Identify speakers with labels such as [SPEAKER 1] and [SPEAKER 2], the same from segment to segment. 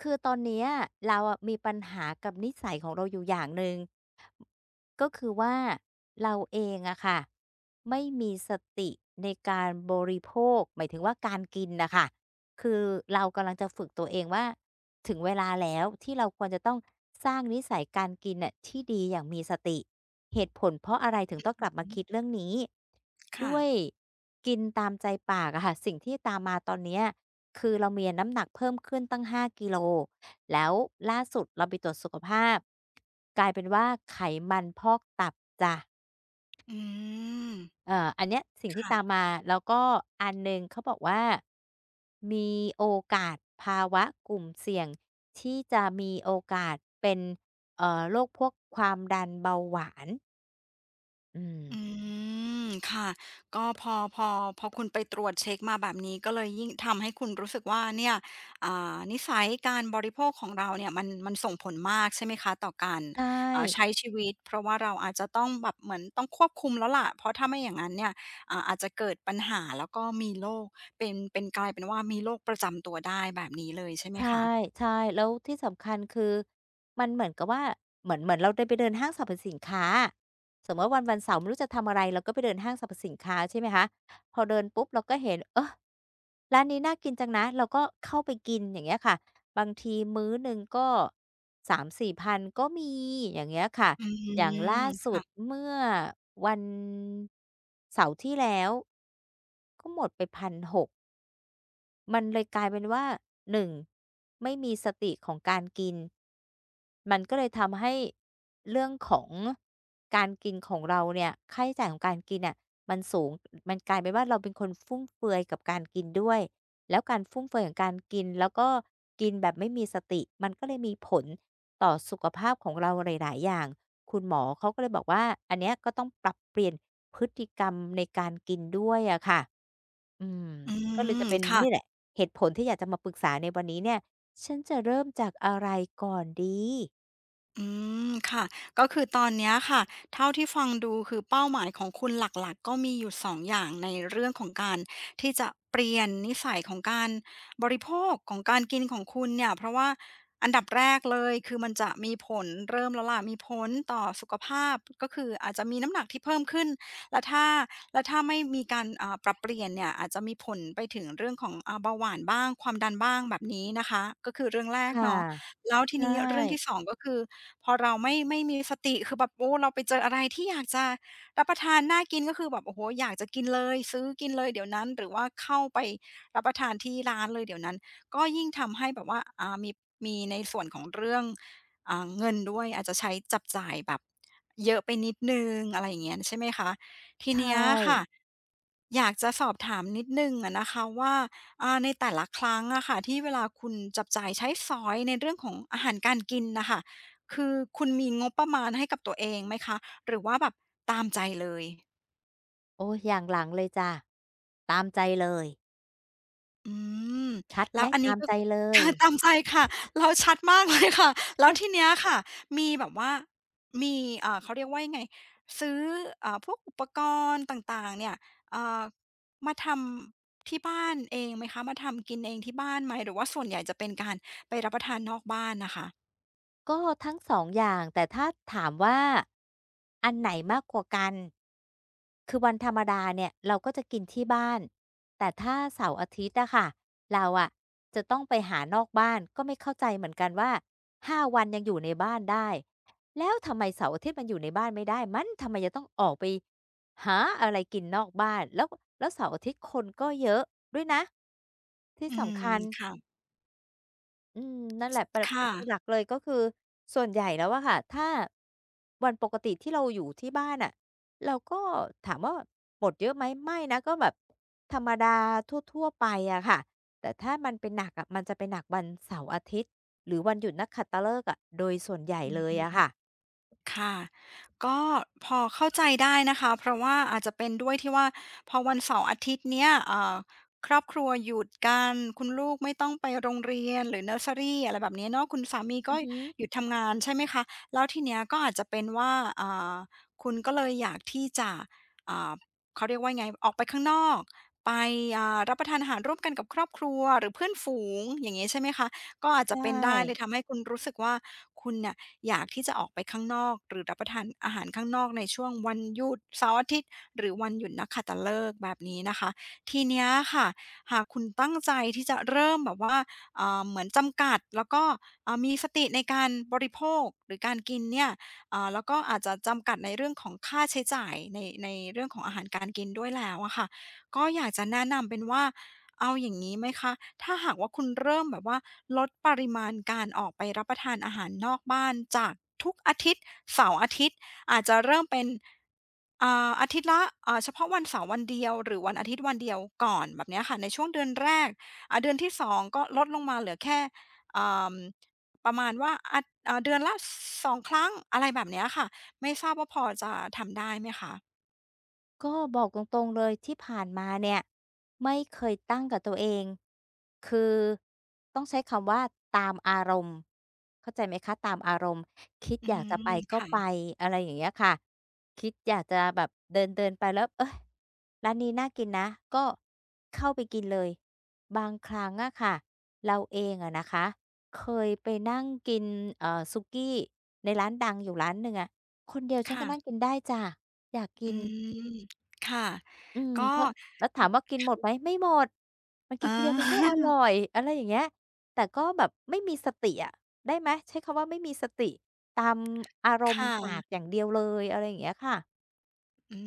[SPEAKER 1] คือตอนเนี้ยเราอะมีปัญหากับนิสัยของเราอยู่อย่างหนึ่งก็คือว่าเราเองอะค่ะไม่มีสติในการบริโภคหมายถึงว่าการกินน่ะค่ะคือเรากำลังจะฝึกตัวเองว่าถึงเวลาแล้วที่เราควรจะต้องสร้างนิสัยการกินน่ะที่ดีอย่างมีสติ เหตุผลเพราะอะไรถึงต้องกลับมา
[SPEAKER 2] อื
[SPEAKER 1] คิด
[SPEAKER 2] อ
[SPEAKER 1] เรื่องนี้
[SPEAKER 2] ค่ะ
[SPEAKER 1] ด้วยกินตามใจปากอะค่ะสิ่งที่ตามมาตอนเนี้ยคือเรามีน้ำหนักเพิ่มขึ้นตั้ง5กิโลแล้วล่าสุดเราไปตรวจสุขภาพกลายเป็นว่าไขมันพอกตับจ้ะ
[SPEAKER 2] อืม
[SPEAKER 1] อันเนี้ยสิ่งที่ตาม
[SPEAKER 2] ค่ะ
[SPEAKER 1] มาแล้วก็อันหนึ่งเขาบอกว่ามีโอกาสภาวะกลุ่มเสี่ยงที่จะมีโอกาสเป็นโรคพวกความดันเบาหวานอืม
[SPEAKER 2] อืมค่ะก็พอพอคุณไปตรวจเช็กมาแบบนี้ก็เลยยิ่งทำให้คุณรู้สึกว่าเนี่ยนิสัยการบริโภคของเราเนี่ยมันส่งผลมากใช่ไหมคะต่อการ
[SPEAKER 1] ใช่
[SPEAKER 2] ใช้ชีวิตเพราะว่าเราอาจจะต้องแบบเหมือนต้องควบคุมแล้วล่ะเพราะถ้าไม่อย่างนั้นเนี่ยอาจจะเกิดปัญหาแล้วก็มีโรคเป็นเป็นกลายเป็นว่ามีโรคประจำตัวได้แบบนี้เลยใช่ไหม
[SPEAKER 1] ใช่
[SPEAKER 2] คะ
[SPEAKER 1] ใช่แล้วที่สำคัญคือมันเหมือนกับว่าเหมือนเราได้ไปเดินห้างสรรพสินค้าอะสมมุติวันเสาร์ไม่รู้จะทำอะไรเราก็ไปเดินห้างสรรพสินค้าใช่ไหมคะพอเดินปุ๊บเราก็เห็นเออร้านนี้น่ากินจังนะเราก็เข้าไปกินอย่างเงี้ยค่ะบางทีมื้อหนึ่งก็สามสี4,000ก็มีอย่างเงี้ยค่ะ
[SPEAKER 2] อื
[SPEAKER 1] อย่าง
[SPEAKER 2] ม
[SPEAKER 1] ล่าสุด
[SPEAKER 2] ค่ะ
[SPEAKER 1] เมื่อวันเสาร์ที่แล้วก็หมดไป1,600 มันเลยกลายเป็นว่าหนึ่งไม่มีสติของการกินมันก็เลยทำให้เรื่องของการกินของเราเนี่ยค่าใช้จ่ายของการกินน่ะมันสูงมันกลายเป็นว่าเราเป็นคนฟุ่มเฟือยกับการกินด้วยแล้วการฟุ่มเฟือยของการกินแล้วก็กินแบบไม่มีสติมันก็เลยมีผลต่อสุขภาพของเราหลายๆอย่างคุณหมอเขาก็เลยบอกว่าอันเนี้ยก็ต้องปรับเปลี่ยนพฤติกรรมในการกินด้วยอะค่ะอืม
[SPEAKER 2] อื
[SPEAKER 1] ก็เลยจะ
[SPEAKER 2] ม
[SPEAKER 1] เป็น
[SPEAKER 2] ค่ะ
[SPEAKER 1] นี่แหละ เหตุผลที่อยากจะมาปรึกษาในวันนี้เนี่ย ฉันจะเริ่มจากอะไรก่อนดี
[SPEAKER 2] อืมค่ะก็คือตอนเนี้ยค่ะเท่าที่ฟังดูคือเป้าหมายของคุณหลักๆก็มีอยู่2องอย่างในเรื่องของการที่จะเปลี่ยนนิสัยของการบริโภคของการกินของคุณเนี่ยเพราะว่าอันดับแรกเลยคือมันจะมีผลเริ่มแล้วล่ะมีผลต่อสุขภาพก็คืออาจจะมีน้ำหนักที่เพิ่มขึ้นแล้วถ้าแล้วถ้าไม่มีการปรับเปลี่ยนเนี่ยอาจจะมีผลไปถึงเรื่องของเบาหวานบ้างความดันบ้างแบบนี้นะคะก็คือเรื่องแรก
[SPEAKER 1] ค่ะ
[SPEAKER 2] เนาะ แล้วที
[SPEAKER 1] ใช่
[SPEAKER 2] นี้เรื่องที่สองก็คือพอเราไม่มีสติคือแบบโอ้เราไปเจออะไรที่อยากจะรับประทานน่ากินก็คือแบบโอ้โฮอยากจะกินเลยซื้อกินเลยเดี๋ยวนั้นหรือว่าเข้าไปรับประทานที่ร้านเลยเดี๋ยวนั้นก็ยิ่งทำให้แบบว่ามีในส่วนของเรื่องเงินด้วยอาจจะใช้จับจ่ายแบบเยอะไปนิดหนึ่งอะไรอย่างเงี้ยใช่ไหมคะที
[SPEAKER 1] ใช่
[SPEAKER 2] เนี้ยค่ะ่ะอยากจะสอบถามนิดหนึ่งอะนะคะว่า ในแต่ละครั้งอะค่ะที่เวลาคุณจับจ่ายใช้สอยในเรื่องของอาหารการกินนะคะคือคุณมีงบประมาณให้กับตัวเองไหมคะหรือว่าแบบตามใจเลย
[SPEAKER 1] โอ้อย่างหลังเลยจ้ะ ตามใจเลย
[SPEAKER 2] อืม
[SPEAKER 1] ทัดไห
[SPEAKER 2] แล้
[SPEAKER 1] ม
[SPEAKER 2] วอัน
[SPEAKER 1] ตา
[SPEAKER 2] นี้
[SPEAKER 1] ม
[SPEAKER 2] ก็
[SPEAKER 1] ใจเล ย
[SPEAKER 2] ค่ะตามใจค่ะเราชัดมากเลยค่ะแล้วทีเนี้ยค่ะมีแบบว่ามีเขาเรียกว่ายังไงซื้อพวกอุปกรณ์ต่างๆเนี่ยเอ่อมาทำที่บ้านเองไหมคะมาทำกินเองที่บ้านไหมหรือว่าส่วนใหญ่จะเป็นการไปรับประทานนอกบ้านนะคะ
[SPEAKER 1] ก็ทั้งสองอย่างแต่ถ้าถามว่าอันไหนมากกว่ากันคือวันธรรมดาเนี่ยเราก็จะกินที่บ้านแต่ถ้าเสาร์อาทิตย์อะค่ะเราอะจะต้องไปหานอกบ้านก็ไม่เข้าใจเหมือนกันว่าห้าวันยังอยู่ในบ้านได้แล้วทำไมเสาร์อาทิตย์มันอยู่ในบ้านไม่ได้มันทำไมจะต้องออกไปหาอะไรกินนอกบ้านแล้วแล้วเสาร์อาทิตย์คนก็เยอะด้วยนะที่
[SPEAKER 2] อื
[SPEAKER 1] สำ
[SPEAKER 2] ม
[SPEAKER 1] คัญ
[SPEAKER 2] ค่ะ
[SPEAKER 1] อืมนั่นแหละแคือหลั
[SPEAKER 2] ค่ะ
[SPEAKER 1] กเลยก็คือส่วนใหญ่แล้วอะค่ะถ้าวันปกติที่เราอยู่ที่บ้านน่ะเราก็ถามว่าบ่นเยอะไหมไม่นะก็แบบธรรมดาทั่วๆไปอะค่ะแต่ถ้ามันเป็นหนักอะมันจะเป็นหนักวันเสาร์อาทิตย์หรือวันหยุดนักขัตฤกษ์อะโดยส่วนใหญ่เลยอะค่ะ
[SPEAKER 2] ค่ะก็พอเข้าใจได้นะคะเพราะว่าอาจจะเป็นด้วยที่ว่าพอวันเสาร์อาทิตย์เนี้ยครอบครัวหยุดกันคุณลูกไม่ต้องไปโรงเรียนหรือเนิร์สเซอรีอะไรแบบนี้เนาะคุณสามี
[SPEAKER 1] อื
[SPEAKER 2] ก็
[SPEAKER 1] อฮึ
[SPEAKER 2] หยุดทำงานใช่ไหมคะแล้วทีเนี้ยก็อาจจะเป็นว่าอ่าคุณก็เลยอยากที่จะอ่าเขาเรียกว่าไง ออกไปข้างนอก ไปรับประทานอาหารร่วมกันกับครอบครัวหรือเพื่อนฝูงอย่างงี้ใช่ไหมคะ ก็อาจ
[SPEAKER 1] ใช
[SPEAKER 2] จะเป็นได้เลย
[SPEAKER 1] ่
[SPEAKER 2] ทำให้คุณรู้สึกว่าคุณเนี่ยอยากที่จะออกไปข้างนอกหรือรับประทานอาหารข้างนอกในช่วงวันหยุดเสาร์อาทิตย์หรือวันหยุดนักขัตฤกษ์แบบนี้นะคะทีเนี้ยค่ะหากคุณตั้งใจที่จะเริ่มแบบว่าเหมือนจำกัดแล้วก็มีสติในการบริโภคหรือการกินเนี่ยแล้วก็อาจจะจำกัดในเรื่องของค่าใช้จ่ายในเรื่องของอาหารการกินด้วยแล้วอะค่ะก็อยากจะแนะนำเป็นว่า เอาอย่างนี้ไหมคะ ถ้าหากว่าคุณเริ่มแบบว่าลดปริมาณการออกไปรับประทานอาหารนอกบ้านจากทุกอาทิตย์เสาร์อาทิตย์อาจจะเริ่มเป็นอาทิตย์ละเฉพาะวันเสาร์วันเดียวหรือวันอาทิตย์วันเดียวก่อนแบบเนี้ยค่ะในช่วงเดือนแรกเดือนที่2ก็ลดลงมาเหลือแค่อ่าประมาณว่าเดือนละ2 ครั้งอะไรแบบเนี้ยค่ะไม่ทราบว่าพอจะทำได้ไหมคะ
[SPEAKER 1] ก็บอกตรงๆเลยที่ผ่านมาเนี่ยไม่เคยตั้งกับตัวเองคือต้องใช้คำว่าตามอารมณ์เข้าใจไหมคะตามอารมณ์คิด
[SPEAKER 2] อื
[SPEAKER 1] อยากจะไป
[SPEAKER 2] ม
[SPEAKER 1] ก็
[SPEAKER 2] ค่ะ
[SPEAKER 1] ไปอะไรอย่างเงี้ยค่ะคิดอยากจะแบบเดินๆไปแล้วเอ้ยร้านนี้น่ากินนะก็เข้าไปกินเลยบางครั้งอะค่ะเราเองอะนะคะเคยไปนั่งกินสุกี้ในร้านดังอยู่ร้านหนึ่งอะคนเดียวฉันก็
[SPEAKER 2] ค่ะ
[SPEAKER 1] นั่งกินได้จ้ะอยากกิ
[SPEAKER 2] อื
[SPEAKER 1] น
[SPEAKER 2] มค่ะ
[SPEAKER 1] อืม
[SPEAKER 2] ก็
[SPEAKER 1] เพราะแล้วถามว่ากินหมดไหมไม่หมดมัน
[SPEAKER 2] เอ
[SPEAKER 1] กินคนเดียว
[SPEAKER 2] อ
[SPEAKER 1] มันไม่อร่อย อะไรอย่างเงี้ยแต่ก็แบบไม่มีสติอะได้ไหมใช้คำว่าไม่มีสติตามอาร
[SPEAKER 2] ค
[SPEAKER 1] มณ์ปาก
[SPEAKER 2] ่ะ
[SPEAKER 1] อย่างเดียวเลยอะไรอย่างเงี้ยค่ะ
[SPEAKER 2] อื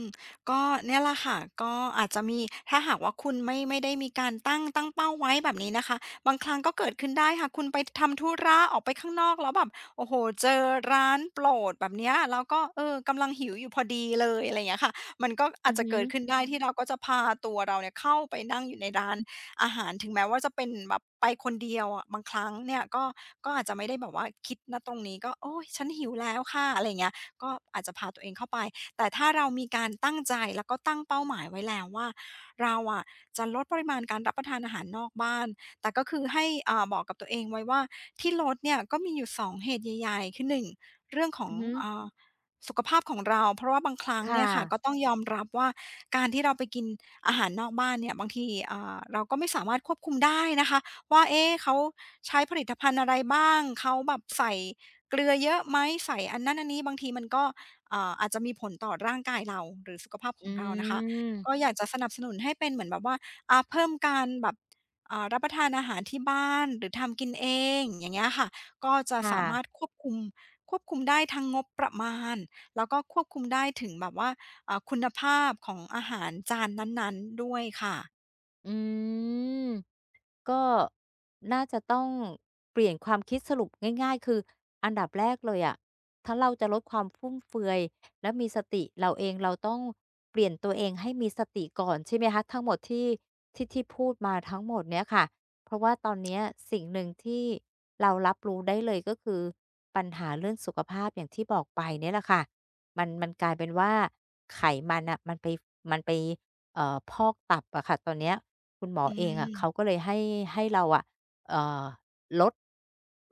[SPEAKER 2] มก็เนี่ยแหละค่ะก็อาจจะมีถ้าหากว่าคุณไม่ได้มีการตั้งเป้าไว้แบบนี้นะคะบางครั้งก็เกิดขึ้นได้ค่ะคุณไปทำธุระออกไปข้างนอกแล้วแบบโอ้โฮเจอร้านโปรดแบบเนี้ยแล้วก็เออกำลังหิวอยู่พอดีเลยอะไรอย่างเงี้ยค่ะมันก็
[SPEAKER 1] อื
[SPEAKER 2] อาจ
[SPEAKER 1] อ
[SPEAKER 2] จะ
[SPEAKER 1] ฮึ
[SPEAKER 2] เกิดขึ้นได้ที่เราก็จะพาตัวเราเนี่ยเข้าไปนั่งอยู่ในร้านอาหารถึงแม้ว่าจะเป็นแบบไปคนเดียวอะบางครั้งเนี่ยก็ก็อาจจะไม่ได้แบบว่าคิดณตรงนี้ก็โอ๊ยฉันหิวแล้วค่ะอะไรอย่างเงี้ยก็อาจจะพาตัวเองเข้าไป แต่ถ้าเรามีการตั้งใจแล้วก็ตั้งเป้าหมายไว้แล้วว่าเราอะจะลดปริมาณการรับประทานอาหารนอกบ้านแต่ก็คือให้บอกกับตัวเองไว้ว่าที่ลดเนี่ยก็มีอยู่สองเหตุใหญ่ๆคือหนึ่งเรื่องขอ
[SPEAKER 1] อื
[SPEAKER 2] ง
[SPEAKER 1] อฮึ
[SPEAKER 2] อ่าสุขภาพของเราเพราะว่าบางครั้ง
[SPEAKER 1] ค่ะ
[SPEAKER 2] เนี่ยค่ะก็ต้องยอมรับว่าการที่เราไปกินอาหารนอกบ้านเนี่ยบางทีเราก็ไม่สามารถควบคุมได้นะคะว่าเอ๊ะเขาใช้ผลิตภัณฑ์อะไรบ้างเขาแบบใส่เกลือเยอะไหมใส่อันนั้นอันนี้บางทีมันก็ เอ่าอาจจะมีผลต่อร่างกายเราหรือสุขภาพข
[SPEAKER 1] อื
[SPEAKER 2] องเรานะคะก็
[SPEAKER 1] ม
[SPEAKER 2] อยากจะสนับสนุนให้เป็นเหมือนแบบว่าเพิ่มการแบบรับประทานอาหารที่บ้านหรือทำกินเองอย่างเงี้ยค่ะก็จะ
[SPEAKER 1] ค่ะ
[SPEAKER 2] สามารถควบคุมได้ทั้งงบประมาณแล้วก็ควบคุมได้ถึงแบบว่าคุณภาพของอาหารจานนั้นๆด้วยค่ะ
[SPEAKER 1] อืม ก็น่าจะต้องเปลี่ยนความคิดสรุปง่ายๆคืออันดับแรกเลยอะถ้าเราจะลดความฟุ่มเฟือยและมีสติเราเองเราต้องเปลี่ยนตัวเองให้มีสติก่อนใช่ไหมคะทั้งหมดที่ที่พูดมาทั้งหมดเนี้ยค่ะเพราะว่าตอนเนี้ยสิ่งหนึ่งที่เรารับรู้ได้เลยก็คือปัญหาเรื่องสุขภาพอย่างที่บอกไปเนี่ยแหละค่ะมันกลายเป็นว่าไขมันน่ะมันไปมันไป พอกตับอะค่ะตอนเนี้ยคุณหมอ
[SPEAKER 2] อื
[SPEAKER 1] เองอะเขา
[SPEAKER 2] ม
[SPEAKER 1] ก็เลยให้ให้เราอะเอ่อลด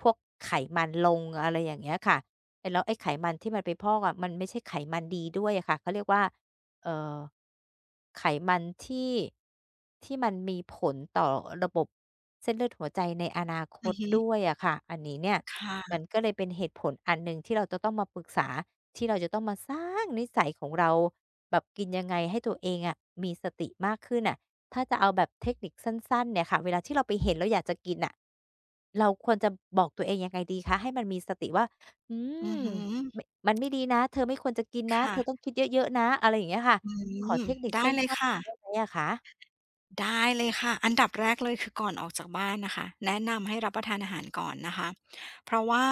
[SPEAKER 1] พวกไขมันลงอะไรอย่างเงี้ยค่ะไอ้แล้วไอ้ไขมันที่มันไปพอกอะมันไม่ใช่ไขมันดีด้วยอะค่ะเขาเรียกว่า เอ่อไขมันที่มันมีผลต่อระบบเส้นเลือดหัวใจในอนาค
[SPEAKER 2] อื
[SPEAKER 1] ต
[SPEAKER 2] อฮึ
[SPEAKER 1] ด้วยอะค่ะ อันนี้เนี่ยมั
[SPEAKER 2] ค่ะ
[SPEAKER 1] นก็เลยเป็นเหตุผลอันหนึ่งที่เราจะต้องมาปรึกษาที่เราจะต้องมาสร้างนิสัยของเราแบบกินยังไงให้ตัวเองอะมีสติมากขึ้นน่ะถ้าจะเอาแบบเทคนิคสั้นๆเนี่ยค่ะเวลาที่เราไปเห็นแล้วอยากจะกินน่ะเราควรจะบอกตัวเองยังไงดีคะให้มันมีสติว่าอืม
[SPEAKER 2] อือฮึ
[SPEAKER 1] ไมมันไม่ดีนะเธอไม่ควรจะกินนะเธ
[SPEAKER 2] ค่ะ
[SPEAKER 1] อต้องคิดเยอะๆนะอะไรอย่างเงี้ยค่ะ
[SPEAKER 2] อื
[SPEAKER 1] ขอ
[SPEAKER 2] ม
[SPEAKER 1] เทคนิค
[SPEAKER 2] ได้
[SPEAKER 1] สั
[SPEAKER 2] เลย
[SPEAKER 1] ้นๆได้
[SPEAKER 2] ค่ะ
[SPEAKER 1] ไหมอะคะ
[SPEAKER 2] ได้เลยค่ะอันดับแรกเลยคือก่อนออกจากบ้านนะคะแนะนำให้รับประทานอาหารก่อนนะคะเพราะว่า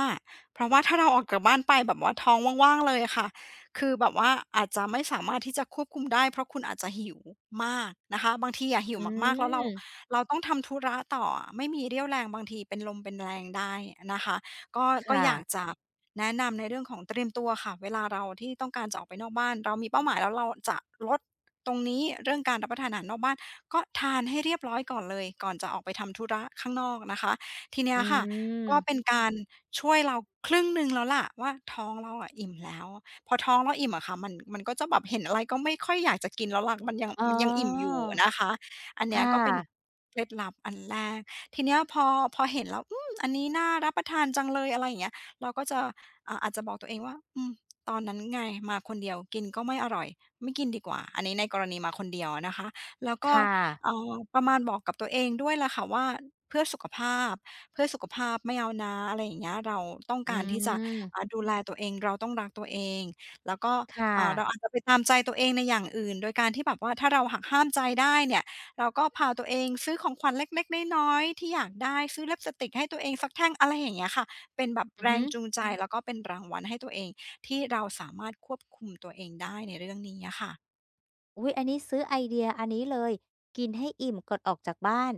[SPEAKER 2] เพราะว่าถ้าเราออกจากบ้านไปแบบว่าท้องว่างๆเลยอะค่ะคือแบบว่าอาจจะไม่สามารถที่จะควบคุมได้เพราะคุณอาจจะหิวมากนะคะบางทีอะหิ
[SPEAKER 1] อื
[SPEAKER 2] วมากๆแล้ว
[SPEAKER 1] ม
[SPEAKER 2] เราต้องทำธุระต่อไม่มีเรี่ยวแรงบางทีเป็นลมเป็นแรงได้นะคะก็ก็
[SPEAKER 1] ค่ะ
[SPEAKER 2] อยากจะ แนะนำในเรื่องของเตรียมตัวค่ะเวลาเราที่ต้องการจะออกไปนอกบ้านเรามีเป้าหมายแล้วเราจะลดตรงนี้เรื่องการรับประทานอาหารนอกบ้านก็ทานให้เรียบร้อยก่อนเลยก่อนจะออกไปทำธุระข้างนอกนะคะทีเนี้
[SPEAKER 1] อื
[SPEAKER 2] ยค่ะก็
[SPEAKER 1] ม
[SPEAKER 2] เป็นการช่วยเราครึ่งหนึ่งแล้วล่ะว่าท้องเราอะอิ่มแล้วพอท้องเราอิ่มอะค่ะมันก็จะแบบเห็นอะไรก็ไม่ค่อยอยากจะกินแล้วล่ะ
[SPEAKER 1] อ๋อ
[SPEAKER 2] มันยังอิ่มอยู่นะคะอันเนี้ย
[SPEAKER 1] ค่ะ
[SPEAKER 2] ก็เป็นเคล็ดลับอันแรกทีเนี้ยพอเห็นแล้วอืมอันนี้น่ารับประทานจังเลยอะไรอย่างเงี้ยเราก็จะ อาจจะบอกตัวเองว่าอืมตอนนั้นไงมาคนเดียวกินก็ไม่อร่อยไม่กินดีกว่าอันนี้ในกรณีมาคนเดียวอะนะคะแล้วก็
[SPEAKER 1] ค่ะ
[SPEAKER 2] ประมาณบอกกับตัวเองด้วยแหละค่ะว่าเพื่อสุขภาพเพื่อสุขภาพไม่เอานะอะไรอย่างเงี้ยเราต้อง
[SPEAKER 1] อื
[SPEAKER 2] การที่จะ
[SPEAKER 1] ม
[SPEAKER 2] ดูแลตัวเองเราต้องรักตัวเองแล้วก็
[SPEAKER 1] ค่ะ
[SPEAKER 2] เราอาจจะไปตามใจตัวเองในอย่างอื่นโดยการที่แบบว่าถ้าเราหักห้ามใจได้เนี่ยเราก็พาตัวเองซื้อของขวัญเล็กๆน้อยๆที่อยากได้ซื้อเล็บสติกให้ตัวเองสักแท่งอะไรอย่างเงี้ยค่ะ เป็นแบบ
[SPEAKER 1] อือ
[SPEAKER 2] แร
[SPEAKER 1] ฮึ
[SPEAKER 2] งจูงใจแล้วก็เป็นรางวัลให้ตัวเองที่เราสามารถควบคุมตัวเองได้ในเรื่องนี้อะค่ะ
[SPEAKER 1] อุ๊ยอันนี้ซื้อไอเดียอันนี้เลยกินให้อิ่มก่อนออกจากบ้าน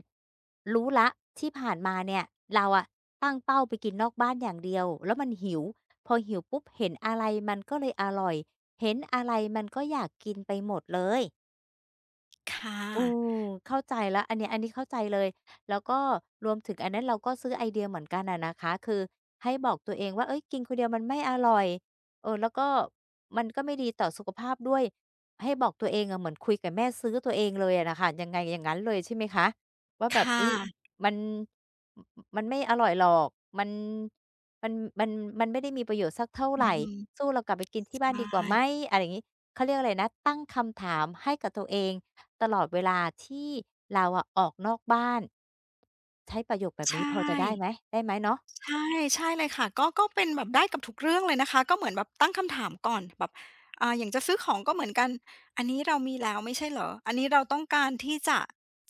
[SPEAKER 1] รู้แล้วที่ผ่านมาเนี่ยเราอะตั้งเป้าไปกินนอกบ้านอย่างเดียวแล้วมันหิวพอหิวปุ๊บเห็นอะไรมันก็เลยอร่อยเห็นอะไรมันก็อยากกินไปหมดเลย
[SPEAKER 2] ค่ะ
[SPEAKER 1] อืมเข้าใจแล้วอันเนี้ยอันนี้เข้าใจเลยแล้วก็รวมถึงอันนั้นเราก็ซื้อไอเดียเหมือนกันอะนะคะคือให้บอกตัวเองว่าเฮ้ยกินคนเดียวมันไม่อร่อยเออแล้วก็มันก็ไม่ดีต่อสุขภาพด้วยให้บอกตัวเองอะเหมือนคุยกับแม่ซื้อตัวเองเลยอะน่ะค่ะยังไงอย่างงั้นเลยใช่ไหมคะว่าแบบ
[SPEAKER 2] ค่
[SPEAKER 1] เฮ้ย
[SPEAKER 2] ะ
[SPEAKER 1] มันมมันไม่อร่อยหรอกมันมันมันมันไม่ได้มีประโยชน์สักเท่า
[SPEAKER 2] อื
[SPEAKER 1] ไร
[SPEAKER 2] อฮึ
[SPEAKER 1] สู้เรากลับไปกินที่
[SPEAKER 2] ใช
[SPEAKER 1] บ้านดีกว่าไหม
[SPEAKER 2] ่
[SPEAKER 1] อะไรอย่างงี้เขาเรียกอะไรนะตั้งคำถามให้กับตัวเอง ตลอดเวลาที่เราอะออกนอกบ้านใช้ประโยคแบบนี้
[SPEAKER 2] ใช่
[SPEAKER 1] พอจะได้ไหมได้ไหมเนาะ
[SPEAKER 2] ใช่ใช่เลยค่ะก็เป็นแบบได้กับทุกเรื่องเลยนะคะก็เหมือนแบบตั้งคำถามก่อนแบบอย่างจะซื้อของก็เหมือนกันอันนี้เรามีแล้วไม่ใช่เหรออันนี้เราต้องการที่จะ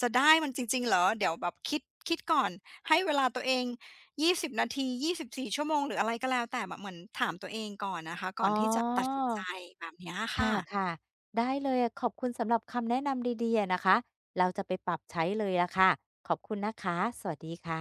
[SPEAKER 2] จะได้มันจริงๆเหรอเดี๋ยวแบบคิดก่อนให้เวลาตัวเอง20 นาที24ชั่วโมงหรืออะไรก็แล้วแต่แบบเหมือนถามตัวเองก่อนนะคะก่
[SPEAKER 1] อ๋อ
[SPEAKER 2] อนที่จะตัดสินใจแบบเนี้ย
[SPEAKER 1] ค
[SPEAKER 2] ค่ะ
[SPEAKER 1] ่ะๆได้เลยอะขอบคุณสำหรับคำแนะนำดีๆอะนะคะเราจะไปปรับใช้เลยล่ะค่ะขอบคุณนะคะสวัสดีค่ะ